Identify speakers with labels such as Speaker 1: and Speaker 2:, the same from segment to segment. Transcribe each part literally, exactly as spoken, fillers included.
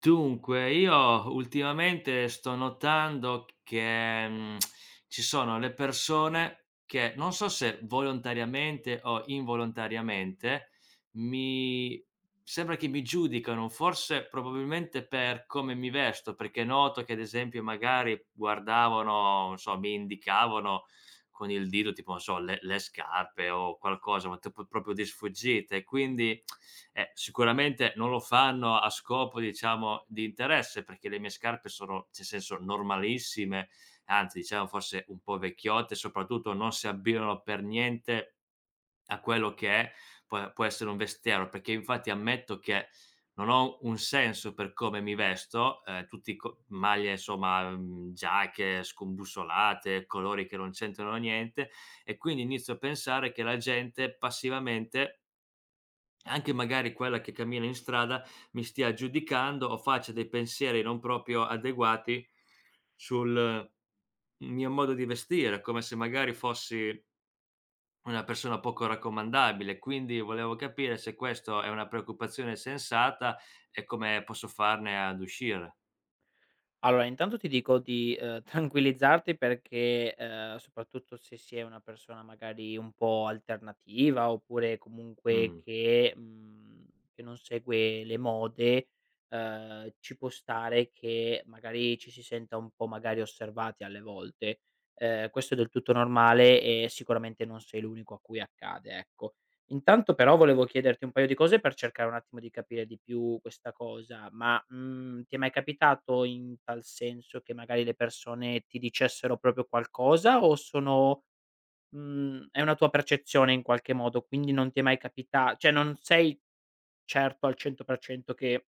Speaker 1: Dunque, io ultimamente sto notando che, mhmm, ci sono le persone che, non so se volontariamente o involontariamente, mi sembra che mi giudicano, forse probabilmente per come mi vesto, perché noto che ad esempio magari guardavano, non so, mi indicavano con il dito, tipo non so, le le scarpe o qualcosa, ma tipo proprio di sfuggita e quindi, eh, sicuramente non lo fanno a scopo, diciamo, di interesse, perché le mie scarpe sono, cioè senso, normalissime, anzi diciamo forse un po' vecchiotte, soprattutto non si abbinano per niente a quello che è può può essere un vestiero, perché infatti ammetto che non ho un senso per come mi vesto, ehm, tutti co maglie insomma, mhmm, giacche scombussolate, colori che non c'entrano niente, e quindi inizio a pensare che la gente passivamente, anche magari quella che cammina in strada, mi stia giudicando o faccia dei pensieri non proprio adeguati sul mm, mio modo di vestire, come se magari fossi una persona poco raccomandabile. Quindi volevo capire se questo è una preoccupazione sensata e come posso farne ad uscire.
Speaker 2: Allora, intanto ti dico di, ehm, tranquillizzarti perché, ehm, soprattutto se si è una persona magari un po' alternativa, oppure comunque
Speaker 1: Mh.
Speaker 2: che mhmm, che non segue le mode, ehm, ci può stare che magari ci si senta un po' magari osservati alle volte. Ehm, questo è del tutto normale e sicuramente non sei l'unico a cui accade, ecco. Intanto però volevo chiederti un paio di cose per cercare un attimo di capire di più questa cosa, ma, mhmm, ti è mai capitato in tal senso che magari le persone ti dicessero proprio qualcosa o sono mhmm, è una tua percezione in qualche modo, quindi non ti è mai capita cioè non sei certo al cento per cento che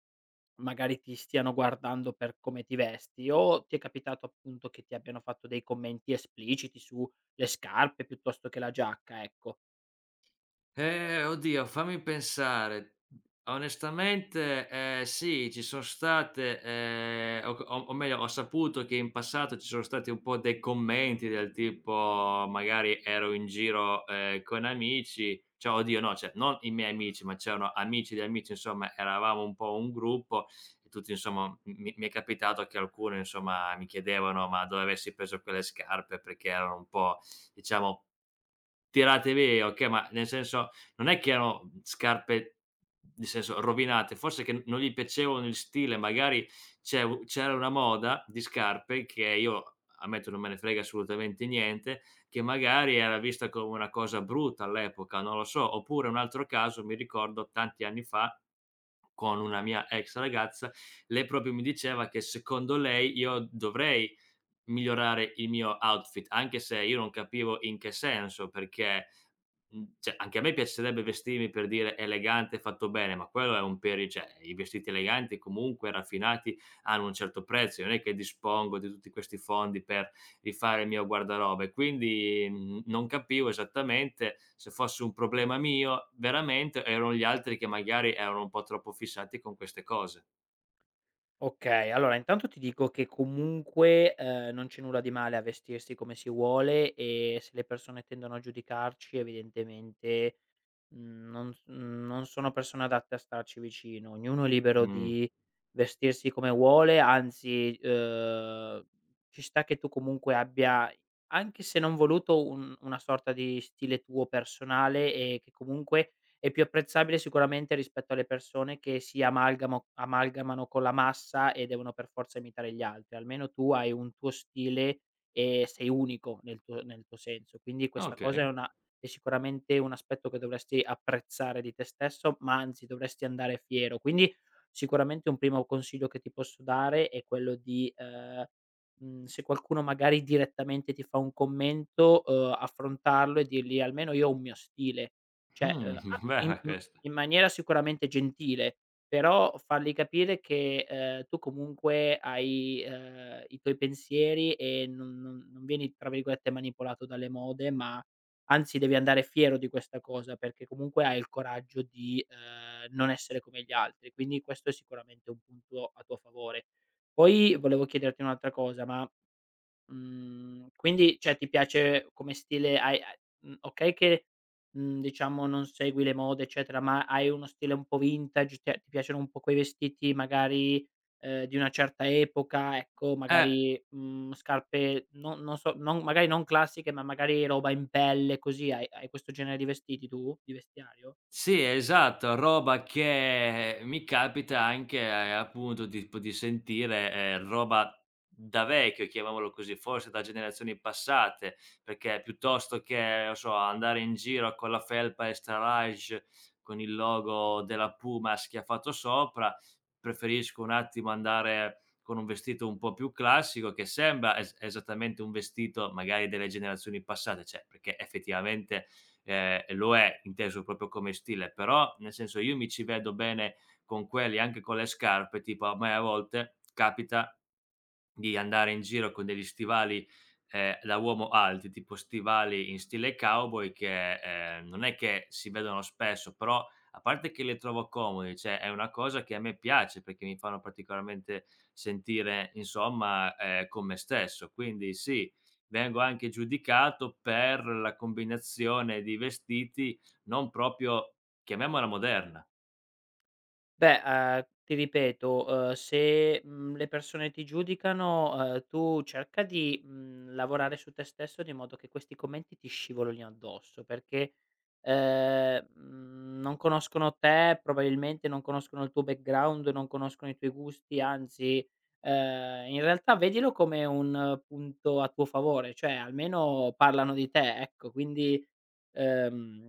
Speaker 2: magari ti stiano guardando per come ti vesti o ti è capitato appunto che ti abbiano fatto dei commenti espliciti sulle scarpe piuttosto che la giacca, ecco?
Speaker 1: Eh, oddio, fammi pensare. Onestamente, ehm, sì, ci son state, ehm, o c o o meglio, ho saputo che in passato ci sono stati un po' dei commenti del tipo, magari ero in giro, ehm, con amici, cioè oddio no, cioè non i miei amici, ma c'erano amici di amici, insomma eravamo un po' un gruppo e tutti insomma m mi mi è capitato che alcuni insomma mi chiedevano: "Ma dove avessi preso quelle scarpe?" Perché erano un po', diciamo, tirate via. Okay, ma nel senso non è che erano scarpe nel senso rovinate, forse che non gli piacevano il stile, magari c'è u c'era una moda di scarpe che io ammetto non me ne frega assolutamente niente, che magari era vista come una cosa brutta all'epoca, non lo so. Oppure un altro caso, mi ricordo tanti anni fa, con una mia ex ragazza, lei proprio mi diceva che secondo lei io dovrei migliorare il mio outfit, anche se io non capivo in che senso, perché, mhmm, cioè anche a me piacerebbe vestirmi per dire elegante, fatto bene, ma quello è un peri cioè i vestiti eleganti comunque raffinati hanno un certo prezzo, non è che dispongo di tutti questi fondi per rifare il mio guardaroba. E quindi, mhmm, non capivo esattamente se fosse un problema mio veramente o erano gli altri che magari erano un po' troppo fissati con queste cose.
Speaker 2: Okay, allora intanto ti dico che comunque, ehm, non c'è nulla di male a vestirsi come si vuole e se le persone tendono a giudicarci evidentemente, Mhmm, non s mhmm, non sono persone adatte a starci vicino. Ognuno è libero
Speaker 1: Mh,
Speaker 2: di vestirsi come vuole, anzi, uhm, ci sta che tu comunque abbia, anche se non voluto, un una sorta di stile tuo personale e che comunque è più apprezzabile sicuramente rispetto alle persone che si amalgamo amalgamano con la massa e devono per forza imitare gli altri. Almeno tu hai un tuo stile e sei unico nel tuo nel tuo senso. Quindi questa cosa è
Speaker 1: okay.
Speaker 2: una è sicuramente un aspetto che dovresti apprezzare di te stesso, ma anzi dovresti andare fiero. Quindi sicuramente un primo consiglio che ti posso dare è quello di, ehm, mhmm, se qualcuno magari direttamente ti fa un commento, uhm, affrontarlo e dirgli: "Almeno io ho un mio stile." Cioè, uhm,
Speaker 1: Mh,
Speaker 2: a in
Speaker 1: bella
Speaker 2: in
Speaker 1: questa.
Speaker 2: in maniera sicuramente gentile, però fargli capire che, ehm, tu comunque hai, ehm, i tuoi pensieri e non non non vieni, tra virgolette, "manipolato dalle mode", ma anzi devi andare fiero di questa cosa, perché comunque hai il coraggio di, ehm, non essere come gli altri, quindi questo è sicuramente un punto a tuo favore. Poi volevo chiederti un'altra cosa, ma Mhmm, quindi cioè ti piace come stile hai hai mhmm, okay che, mhmm, diciamo non segui le mode eccetera, ma hai uno stile un po' vintage, ti ti piacciono un po' quei vestiti magari, ehm, di una certa epoca, ecco,
Speaker 1: Eh,
Speaker 2: magari, mhmm, scarpe non non so, non magari non classiche, ma magari roba in pelle così, hai hai questo genere di vestiti tu? Di vestiario?
Speaker 1: sì, esatto, roba che mi capita anche, ehm, appunto di p di sentire, ehm, roba da vecchio, chiamiamolo così, forse da generazioni passate, perché piuttosto che, non so, andare in giro con la felpa extra large con il logo della Puma schiaffato sopra, preferisco un attimo andare con un vestito un po' più classico che sembra es esattamente un vestito magari delle generazioni passate, cioè perché effettivamente, ehm, e lo è, inteso proprio come stile. Però nel senso io mi ci vedo bene con quelli, anche con le scarpe, tipo a me a volte capita di andare in giro con degli stivali, ehm, da uomo alti, tipo stivali in stile cowboy che, ehm, non è che si vedono spesso, però a parte che li trovo comodi, cioè è una cosa che a me piace perché mi fanno particolarmente sentire insomma, ehm, con me stesso. Quindi sì, vengo anche giudicato per la combinazione di vestiti non proprio, chiamiamola, moderna.
Speaker 2: Beh, ehm, ti ripeto, uhm, se, mhmm, le persone ti giudicano, ehm, tu cerca di, mhmm, lavorare su te stesso di modo che questi commenti ti scivolino addosso, perché, ehm, mhmm, non conoscono te, probabilmente non conoscono il tuo background, non conoscono i tuoi gusti, anzi, ehm, in realtà vedilo come un eh, punto a tuo favore, cioè almeno parlano di te, ecco, quindi, ehm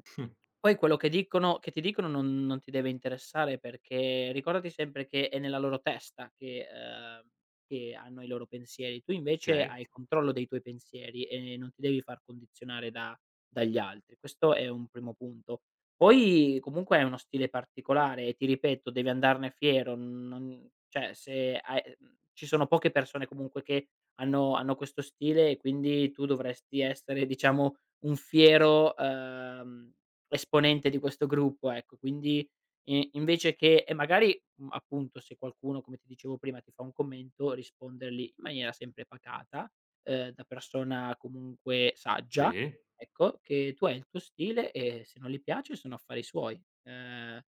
Speaker 2: poi quello che dicono che ti dicono non non ti deve interessare, perché ricordati sempre che è nella loro testa che ehm, che hanno i loro pensieri. Tu invece
Speaker 1: Okay?
Speaker 2: hai il controllo dei tuoi pensieri e non ti devi far condizionare da dagli altri. Questo è un primo punto. Poi comunque è uno stile particolare e ti ripeto devi andarne fiero, non cioè se hai mhmm, ci sono poche persone comunque che hanno hanno questo stile e quindi tu dovresti essere diciamo un fiero, ehm esponente di questo gruppo, ecco. Quindi i invece che e magari, mhmm, appunto se qualcuno, come ti dicevo prima, ti fa un commento, rispondergli in maniera sempre pacata, ehm, da persona comunque saggia,
Speaker 1: Sì,
Speaker 2: ecco, che tu hai il tuo stile e se non gli piace sono affari suoi. Ehm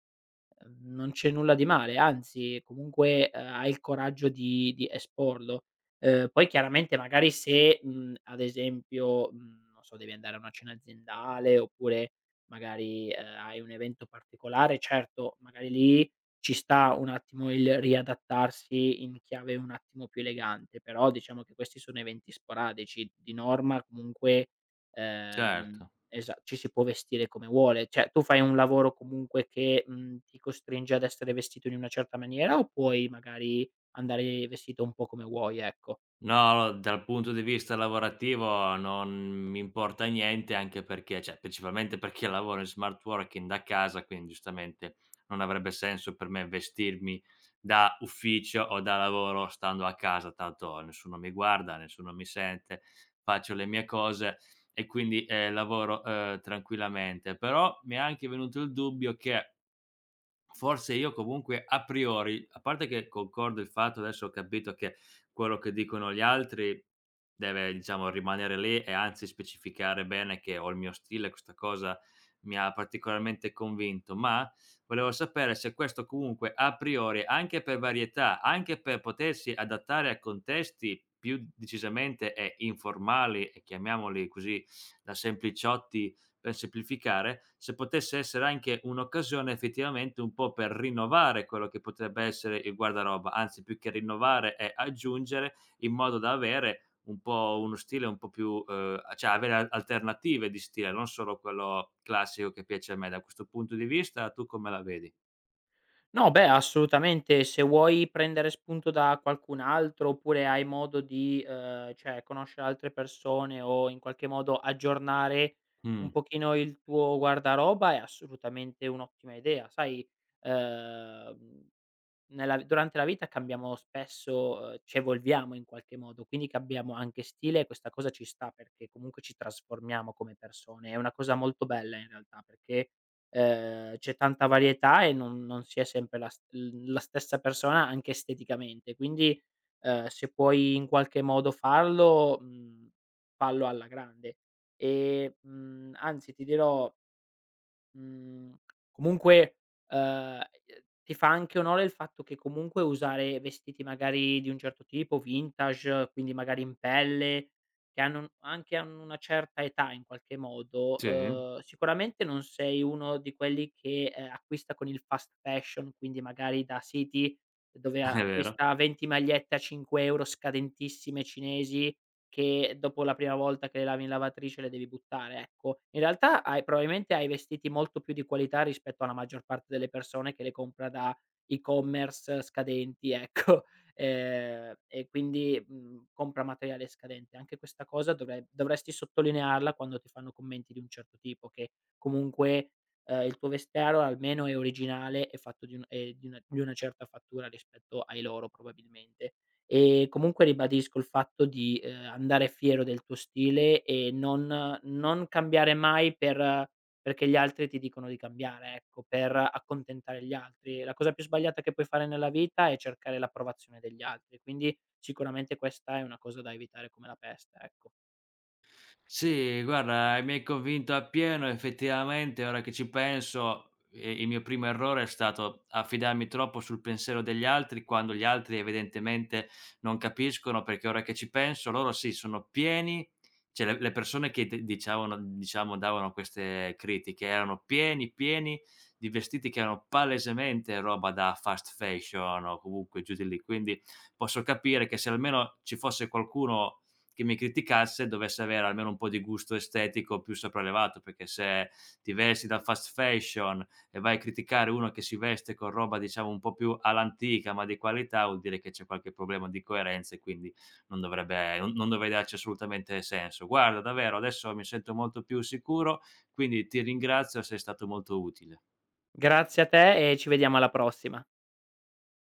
Speaker 2: Ehm, Non c'è nulla di male, anzi comunque, ehm, hai il coraggio di di esporlo. Ehm, poi chiaramente magari se, mhmm, ad esempio, mhmm, non so, devi andare a una cena aziendale oppure magari, ehm, hai un evento particolare, certo magari lì ci sta un attimo il riadattarsi in chiave un attimo più elegante, però diciamo che questi sono eventi sporadici. Di norma comunque, ehm
Speaker 1: certo.
Speaker 2: Esa ci si può vestire come vuole. Cioè, tu fai un lavoro comunque che, mhmm, ti costringe ad essere vestito in una certa maniera o puoi magari andare vestito un po' come vuoi, ecco?
Speaker 1: No, dal punto di vista lavorativo non mi importa niente, anche perché cioè, principalmente perché lavoro in smart working da casa, quindi giustamente non avrebbe senso per me vestirmi da ufficio o da lavoro stando a casa, tanto nessuno mi guarda, nessuno mi sente, faccio le mie cose e quindi, ehm, lavoro, ehm, tranquillamente. Però mi è anche venuto il dubbio che forse io comunque a priori, a parte che concordo il fatto, adesso ho capito che quello che dicono gli altri deve, diciamo, rimanere lì, e anzi specificare bene che ho il mio stile, questa cosa mi ha particolarmente convinto. Ma volevo sapere se questo comunque a priori, anche per varietà, anche per potersi adattare a contesti più decisamente, ehm, informali e chiamiamoli così da sempliciotti, per semplificare, se potesse essere anche un'occasione effettivamente un po' per rinnovare quello che potrebbe essere il guardaroba, anzi più che rinnovare è aggiungere, in modo da avere un po' uno stile un po' più ehm, cioè avere a alternative di stile, non solo quello classico che piace a me. Da questo punto di vista tu come la vedi?
Speaker 2: No, beh, assolutamente. Se vuoi prendere spunto da qualcun altro oppure hai modo di, uhm, cioè conoscere altre persone o in qualche modo aggiornare un
Speaker 1: Mh,
Speaker 2: pochino il tuo guardaroba è assolutamente un'ottima idea, sai, uhm Nella Durante la vita cambiamo spesso, uhm, ci evolviamo in qualche modo, quindi cambiamo anche stile e questa cosa ci sta perché comunque ci trasformiamo come persone. È una cosa molto bella in realtà perché, ehm, c'è tanta varietà e non non si è sempre la s l la stessa persona anche esteticamente. Quindi, ehm, se puoi in qualche modo farlo, mhmm, fallo alla grande. E, mhmm, anzi ti dirò Mhmm, comunque, uhm, ehm, ti fa anche onore il fatto che comunque usare vestiti magari di un certo tipo, vintage, quindi magari in pelle, che hanno un anche hanno una certa età in qualche modo.
Speaker 1: sì,
Speaker 2: Uhm, sicuramente non sei uno di quelli che, ehm, acquista con il fast fashion, quindi magari da siti dove
Speaker 1: è vero.
Speaker 2: acquista venti magliette a cinque euro scadentissime cinesi che dopo la prima volta che le lavi in lavatrice le devi buttare, ecco. In realtà hai probabilmente hai vestiti molto più di qualità rispetto alla maggior parte delle persone che le compra da e-commerce scadenti, ecco. Ehm, e quindi, mhmm, compra materiale scadente. Anche questa cosa dovre dovresti sottolinearla quando ti fanno commenti di un certo tipo, che comunque, ehm, il tuo vestiario almeno è originale e fatto di un ehm, di una di una certa fattura rispetto ai loro probabilmente. Ehm, comunque ribadisco il fatto di, ehm, andare fiero del tuo stile e non non cambiare mai per perché gli altri ti dicono di cambiare, ecco, per accontentare gli altri. La cosa più sbagliata che puoi fare nella vita è cercare l'approvazione degli altri, quindi sicuramente questa è una cosa da evitare come la peste, ecco.
Speaker 1: Sì, guarda, mi hai convinto appieno. Effettivamente, ora che ci penso, ehm, il mio primo errore è stato affidarmi troppo sul pensiero degli altri, quando gli altri evidentemente non capiscono, perché ora che ci penso loro sì, sono pieni, cioè le le persone che d dicevano, diciamo, davano queste critiche erano pieni, pieni di vestiti che erano palesemente roba da fast fashion o comunque giù di lì. Quindi posso capire, che se almeno ci fosse qualcuno che mi criticasse dovesse avere almeno un po' di gusto estetico più sopraelevato, perché se ti vesti da fast fashion e vai a criticare uno che si veste con roba, diciamo, un po' più all'antica ma di qualità, vuol dire che c'è qualche problema di coerenza e quindi non dovrebbe non non dovrebbe darci assolutamente senso. Guarda, davvero adesso mi sento molto più sicuro, quindi ti ringrazio, sei stato molto utile.
Speaker 2: Grazie a te e ci vediamo alla prossima.